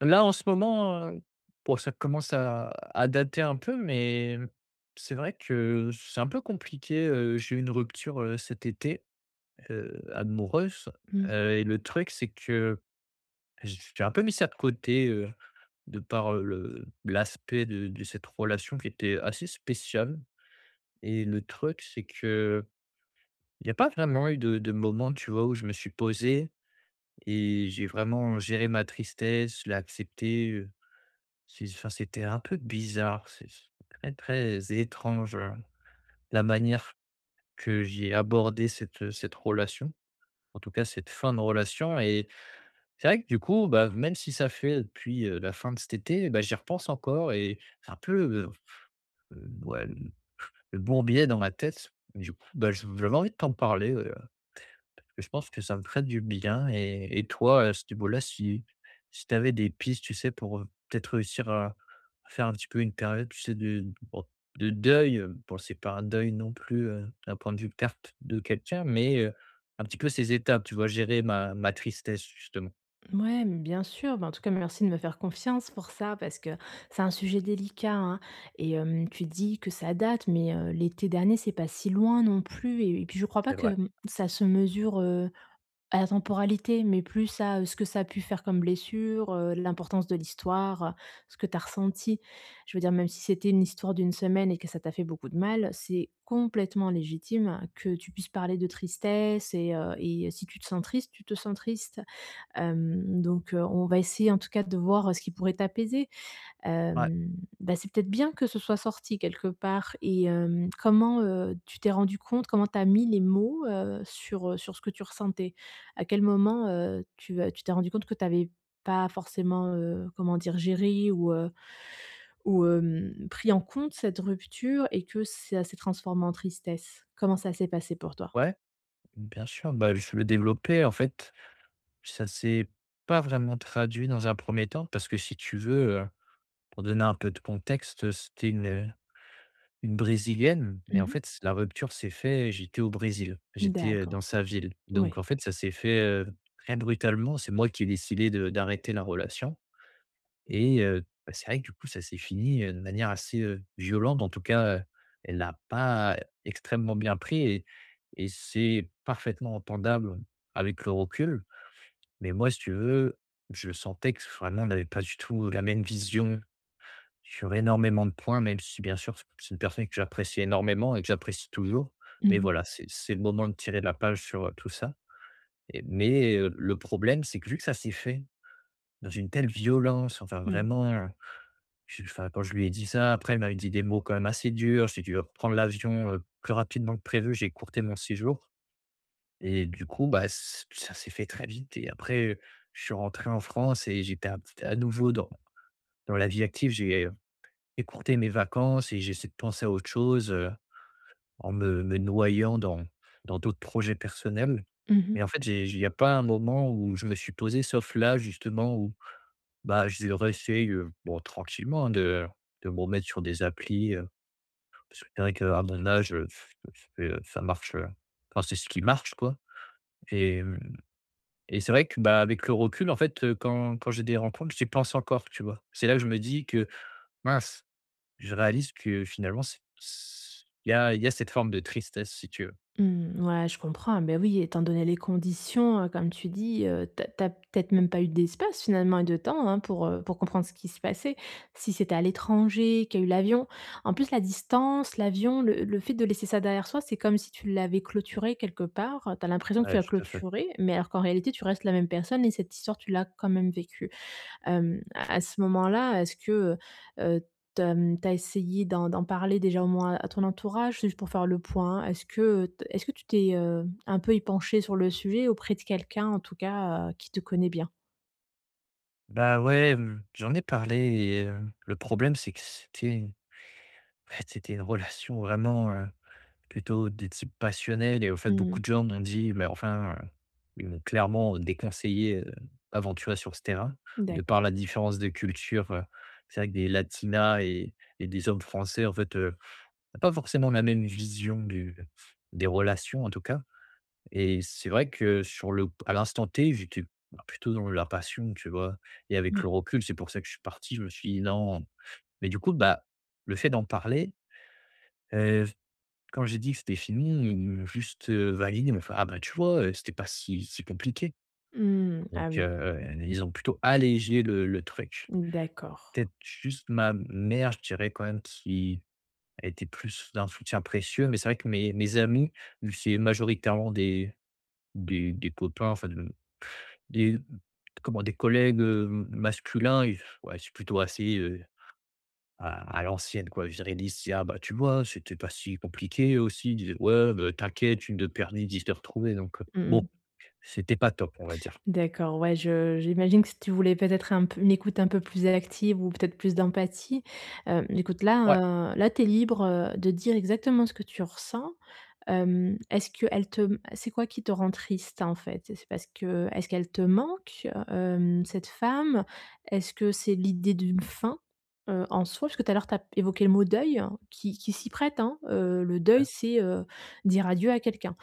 Là, en ce moment, bon, ça commence à dater un peu, mais c'est vrai que c'est un peu compliqué, j'ai eu une rupture, cet été, amoureuse, Mmh. Et le truc, c'est que j'ai un peu mis ça de côté, de par, le l'aspect de cette relation qui était assez spéciale. Et le truc, c'est que il n'y a pas vraiment eu de moment, tu vois, où je me suis posé et j'ai vraiment géré ma tristesse, je l'ai accepté. C'est enfin, c'était un peu bizarre, c'est très, très étrange, la manière que j'ai abordé cette, cette relation, en tout cas cette fin de relation. Et c'est vrai que du coup, bah, même si ça fait depuis, la fin de cet été, bah, j'y repense encore et c'est un peu, heu, ouais, le bourbier dans ma tête. Du coup, bah, je j'avais envie de t'en parler, ouais. Je pense que ça me ferait du bien. Et toi, à ce niveau-là, si tu avais des pistes, tu sais, pour, peut-être réussir à faire un petit peu une période, tu sais, de bon, de deuil, bon, c'est pas un deuil non plus, d'un point de vue perte de quelqu'un, mais un petit peu ces étapes, tu vois? Gérer ma tristesse, justement. Ouais, mais bien sûr. Bah, en tout cas, merci de me faire confiance pour ça, parce que c'est un sujet délicat, hein. Et tu dis que ça date, mais l'été dernier, c'est pas si loin non plus. Et puis je crois pas C'est quevrai. Ça se mesure à la temporalité, mais plus à ce que ça a pu faire comme blessure, l'importance de l'histoire, ce que tu as ressenti. Je veux dire, même si c'était une histoire d'une semaine et que ça t'a fait beaucoup de mal, c'est complètement légitime que tu puisses parler de tristesse et si tu te sens triste, tu te sens triste. Donc, on va essayer en tout cas de voir, ce qui pourrait t'apaiser. Ouais, Hem, Bah, c'est peut-être bien que ce soit sorti quelque part et comment, tu t'es rendu compte? Comment tu as mis les mots, sur, sur ce que tu ressentais? À quel moment, tu, tu t'es rendu compte que tu avais pas forcément, comment dire? Géré ou pris en compte cette rupture et que ça s'est transformé en tristesse? Comment ça s'est passé pour toi? ouais, bien sûr, bah, je le développer, en fait, ça s'est pas vraiment traduit dans un premier temps parce que si tu veux, pour donner un peu de contexte, c'était une brésilienne. Et en Mmh. fait, la rupture s'est fait j'étais au Brésil, j'étais, dans D'accord. sa ville, donc Ouais. en fait, ça s'est fait, très brutalement. C'est moi qui ai décidé de d'arrêter la relation et bah, c'est vrai que du coup, ça s'est fini, de manière assez, violente. En tout cas, elle l'a pas extrêmement bien pris et c'est parfaitement entendable avec le recul. Mais moi, si tu veux, je sentais que vraiment, on n'avait pas du tout la même vision sur énormément de points, même si bien sûr, c'est une personne que j'apprécie énormément et que j'apprécie toujours. Mmh Mais mh. voilà, c'est le moment de tirer la page sur, tout ça. Et mais le problème, c'est que vu que ça s'est fait dans une telle violence, enfin Mmh. vraiment, je enfin quand je lui ai dit ça, après elle m'avait dit des mots quand même assez durs. J'ai dû reprendre l'avion, plus rapidement que prévu. J'ai courté mon séjour et du coup, bah, c ça s'est fait très vite. Et après, je suis rentré en France et j'étais à nouveau dans la vie active. J'ai écourter mes vacances et j'essaie de penser à autre chose, en me noyant dans d'autres projets personnels. Mmh. Mais en fait, j'ai il y a pas un moment où je me suis posé, sauf là justement où, bah, je réessaye, bon tranquillement hein, de me remettre sur des applis, parce que c'est vrai qu'à mon âge, c'est ça marche, enfin c'est ce qui marche quoi. Et hem et c'est vrai que, bah, avec le recul en fait, quand j'ai des rencontres, j'y pense encore, tu vois? C'est là que je me dis que: «Mince». Je réalise que finalement, c'est s il y a cette forme de tristesse, si tu veux. Mmh, ouais, je comprends, hein. Ben oui, étant donné les conditions, comme tu dis, tu as peut-être même pas eu d'espace finalement et de temps, hein, pour comprendre ce qui se passait. Si c'était à l'étranger, qu'il y a eu l'avion en plus la distance, l'avion, le fait de laisser ça derrière soi, c'est comme si tu l'avais clôturé quelque part. T'as l'impression que Ouais, tu l'as tout à fait. clôturé, mais alors qu'en réalité tu restes la même personne et cette histoire, tu l'as quand même vécue. À ce moment-là, est-ce que, heu, tu as, essayé d'en parler déjà au moins à ton entourage? Juste pour faire le point. Est-ce que tu t'es, un peu penché sur le sujet auprès de quelqu'un en tout cas, qui te connaît bien? Bah, ouais, j'en ai parlé. Et le problème, c'est que c'était une relation vraiment, plutôt de type passionnel. Et au fait, beaucoup Mmh. de gens m'ont dit: «Mais enfin», ils m'ont clairement déconseillé, aventurer sur ce terrain, de par D'accord. la différence de culture, c'est vrai que des latinas et des hommes français, en fait, pas forcément la même vision du des relations, en tout cas. Et c'est vrai que sur le à l'instant T, j'étais, bah, plutôt dans la passion, tu vois? Et avec le Oui. recul, c'est pour ça que je suis parti, je me suis dit: «Non». Mais du coup, bah, le fait d'en parler, heu, quand j'ai dit que c'était fini, ils m'ont juste, validé. Ils m'ont fait: «Ah bah, tu vois, c'était pas si si compliqué». Mmh. Ah Donc oui. Ils ont plutôt allégé le truc. D'accord. Peut-être juste ma mère, je dirais quand même, qui a été plus d'un soutien précieux, mais c'est vrai que mes amis, c'est majoritairement des copains, enfin des comment? Des collègues, masculins, ils ouais, c'est plutôt assez, à l'ancienne, quoi. Je dirais, ils disent: «Ah bah, tu vois, c'était pas si compliqué aussi». Ils disaient: «Ouais, bah, t'inquiète, une de permis, 10 de retrouvé», donc bon, Mmh. c'était pas top, on va dire. D'accord, ouais, je j'imagine que si tu voulais peut-être un peu une écoute un peu plus active ou peut-être plus d'empathie, écoute Ouais, là, tu es libre, de dire exactement ce que tu ressens. Hem, est-ce que elle te C'est quoi qui te rend triste, en fait? C'est parce que est-ce qu'elle te manque, cette femme? Est-ce que c'est l'idée d'une fin, en soi? Parce que tout à l'heure, tu as évoqué le mot «deuil» hein, qui s'y prête, hein. Le deuil, heu, c'est, dire adieu à quelqu'un.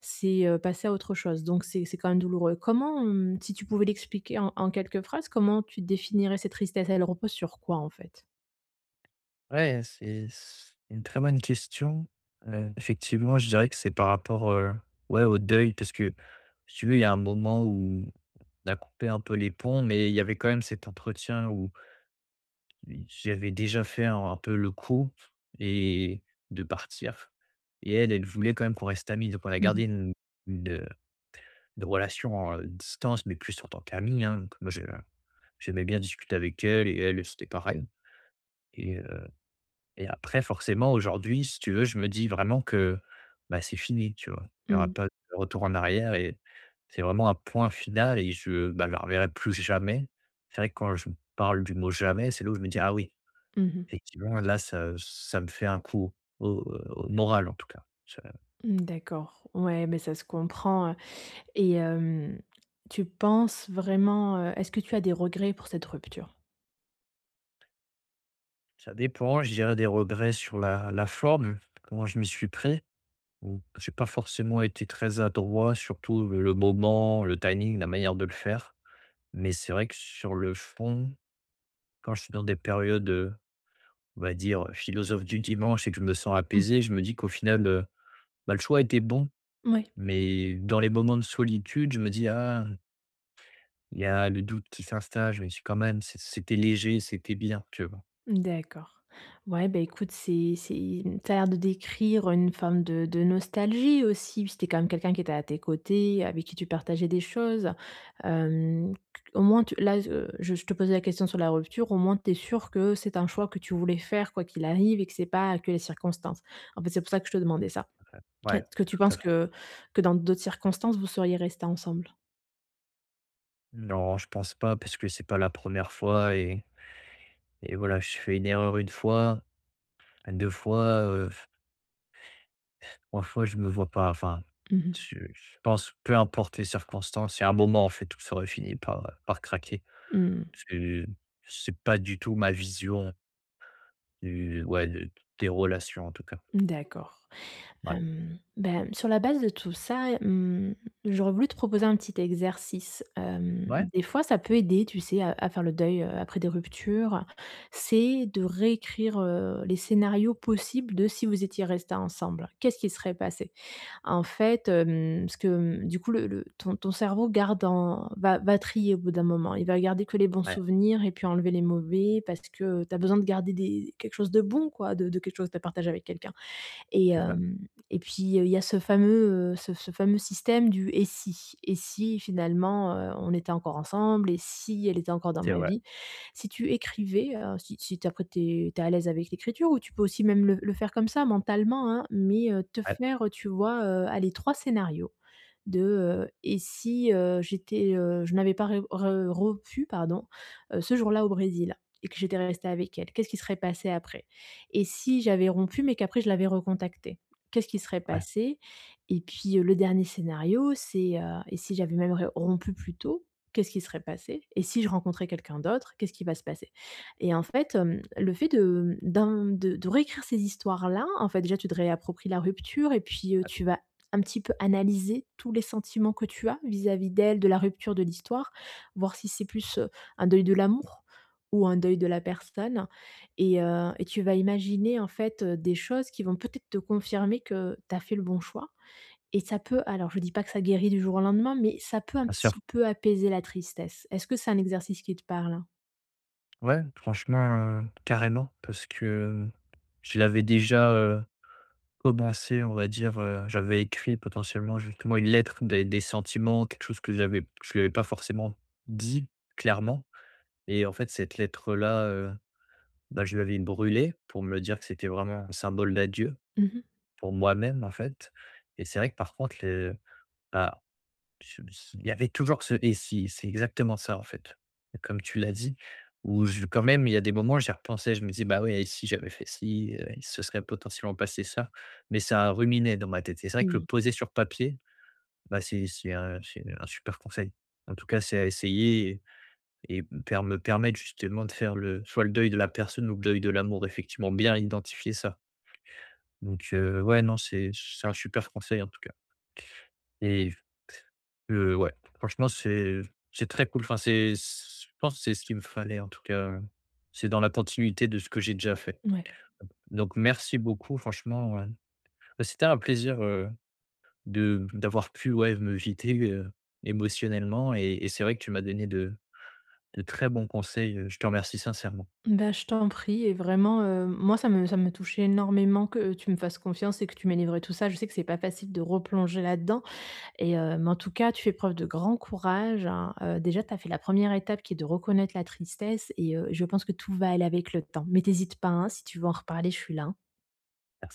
C'est, passer à autre chose, donc c'est quand même douloureux. Comment, si tu pouvais l'expliquer en quelques phrases, comment tu définirais cette tristesse? Elle repose sur quoi, en fait? ouais, c'est une très bonne question. Effectivement, je dirais que c'est par rapport, ouais, au deuil parce que, si tu veux, il y a un moment où on a coupé un peu les ponts, mais il y avait quand même cet entretien où oui, j'avais déjà fait un peu le coup et de partir. Et elle, elle voulait quand même qu'on reste amis, donc on a Mmh gardé mh. Une, une relation, à distance, mais plus en tant qu'amis, hein, donc moi je j'aimais bien discuter avec elle et elle, c'était pareil. Et et après forcément aujourd'hui, si tu veux, je me dis vraiment que, bah, c'est fini, tu vois? Il y aura Mmh. pas de retour en arrière et c'est vraiment un point final. Et je, bah, je la reverrai plus jamais. C'est vrai que quand je parle du mot «jamais», c'est là où je me dis: «Ah oui». Mmh. Effectivement, là, ça me fait un coup au moral, en tout cas. Mmh, d'accord. Ouais, mais ça se comprend. Et tu penses vraiment, est-ce que tu as des regrets pour cette rupture? Ça dépend, je dirais des regrets sur la forme, comment je m'y suis pris, j'ai pas forcément été très adroit, surtout le moment, le timing, la manière de le faire. Mais c'est vrai que sur le fond, quand je suis dans des périodes, on va dire, philosophe du dimanche et que je me sens Mmh. apaisé, je me dis qu'au final, bah, le choix était bon. Oui. Mais dans les moments de solitude, je me dis: «Ah», il y a le doute qui s'installe, mais c'est: «Quand même, c'était léger, c'était bien», tu vois? D'accord. Ouais, bah, écoute, c'est t'as l'air de décrire une forme de nostalgie aussi. Puis c'était quand même quelqu'un qui était à tes côtés, avec qui tu partageais des choses. Hem, au moins tu là, je te posais la question sur la rupture, au moins tu es sûre que c'est un choix que tu voulais faire quoi qu'il arrive et que c'est pas que les circonstances. En fait, c'est pour ça que je te demandais ça. Ouais, Est-ce que tu tout penses à fait. que dans d'autres circonstances, vous seriez restés ensemble? Non, je pense pas parce que c'est pas la première fois. Et voilà, je fais une erreur une fois, 2 fois, 3 fois, je me vois pas enfin, Mmh. Je pense, peu importe les circonstances, il y a un moment, en fait, tout ça aurait fini par, par craquer. Mmh. Parce c'est pas du tout ma vision du ouais, de des relations, en tout cas. D'accord. Ouais. Ben, sur la base de tout ça, j'aurais voulu te proposer un petit exercice. Ouais, Des fois, ça peut aider, tu sais, à faire le deuil, après des ruptures. C'est de réécrire, les scénarios possibles de si vous étiez restés ensemble. Qu'est-ce qui serait passé? En fait, parce que, mmh, du coup, le ton cerveau garde en va va trier au bout d'un moment. Il va garder que les bons ouais, souvenirs et puis enlever les mauvais parce que tu as besoin de garder des quelque chose de bon quoi, de quelque chose que tu as partagé avec quelqu'un. Et c'est vrai, hem et puis, il y a ce fameux, ce fameux système du «et si?» «Et si finalement, on était encore ensemble? Et si elle était encore dans c'est ma vrai. vie?» Si tu écrivais, si t'es après tu es à l'aise avec l'écriture ou tu peux aussi même le faire comme ça mentalement, hein, mais, te Ouais, faire, tu vois, allez 3 scénarios de, et si, j'étais, je n'avais pas re re rompu, pardon, ce jour-là au Brésil et que j'étais restée avec elle? Qu'est-ce qui serait passé après? Et si j'avais rompu, mais qu'après je l'avais recontactée? Qu'est-ce qui serait ouais, passé? Et puis, le dernier scénario, c'est, et si j'avais même re rompu plus tôt, qu'est-ce qui serait passé? Et si je rencontrais quelqu'un d'autre, qu'est-ce qui va se passer? Et en fait, le fait de d'in de réécrire ces histoires-là, en fait, déjà, tu te réappropries la rupture et puis, tu vas un petit peu analyser tous les sentiments que tu as vis-à-vis d'elle, de la rupture de l'histoire, voir si c'est plus, un deuil de l'amour ou un deuil de la personne et et tu vas imaginer en fait, des choses qui vont peut-être te confirmer que tu as fait le bon choix et ça peut alors je dis pas que ça guérit du jour au lendemain, mais ça peut un bien sûr. petit peu apaiser la tristesse. Est-ce que c'est un exercice qui te parle? Ouais, franchement, carrément, parce que, je l'avais déjà, commencé, on va dire, j'avais écrit potentiellement justement une lettre des sentiments, quelque chose que j'avais que je lui avais pas forcément dit clairement. Et en fait cette lettre-là, bah, je l'avais brûlée pour me dire que c'était vraiment un symbole d'adieu Mmh mh. pour moi-même, en fait. Et c'est vrai que par contre, les bah je il y avait toujours ce «et si?» C'est exactement ça, en fait, comme tu l'as dit, où je quand même, il y a des moments, j'y repensais, je me dis: «Bah, ouais, et si j'avais fait ci, il se serait potentiellement passé ça», mais ça ruminait dans ma tête. Et c'est vrai que le Mmh. poser sur papier, bah, c'est un super conseil. En tout cas, c'est à essayer et permettre justement de faire le soit le deuil de la personne ou le deuil de l'amour, effectivement, bien identifier ça, donc ouais, non, c'est un super conseil, en tout cas. Et ouais, franchement, c'est très cool. Enfin, c'est je pense que c'est ce qu'il me fallait en tout cas, c'est dans la continuité de ce que j'ai déjà fait. Ouais. Donc merci beaucoup franchement, bah, c'était un plaisir, de d'avoir pu, ouais, me vider, émotionnellement. Et c'est vrai que tu m'as donné de très bons conseils, je te remercie sincèrement. Bah, je t'en prie et vraiment, moi ça me touchait énormément que tu me fasses confiance et que tu m'aies livré tout ça. Je sais que c'est pas facile de replonger là-dedans et mais en tout cas, tu fais preuve de grand courage, hein, déjà tu as fait la première étape qui est de reconnaître la tristesse et je pense que tout va aller avec le temps. Mais tu pas, hein, si tu veux en reparler, je suis là, hein.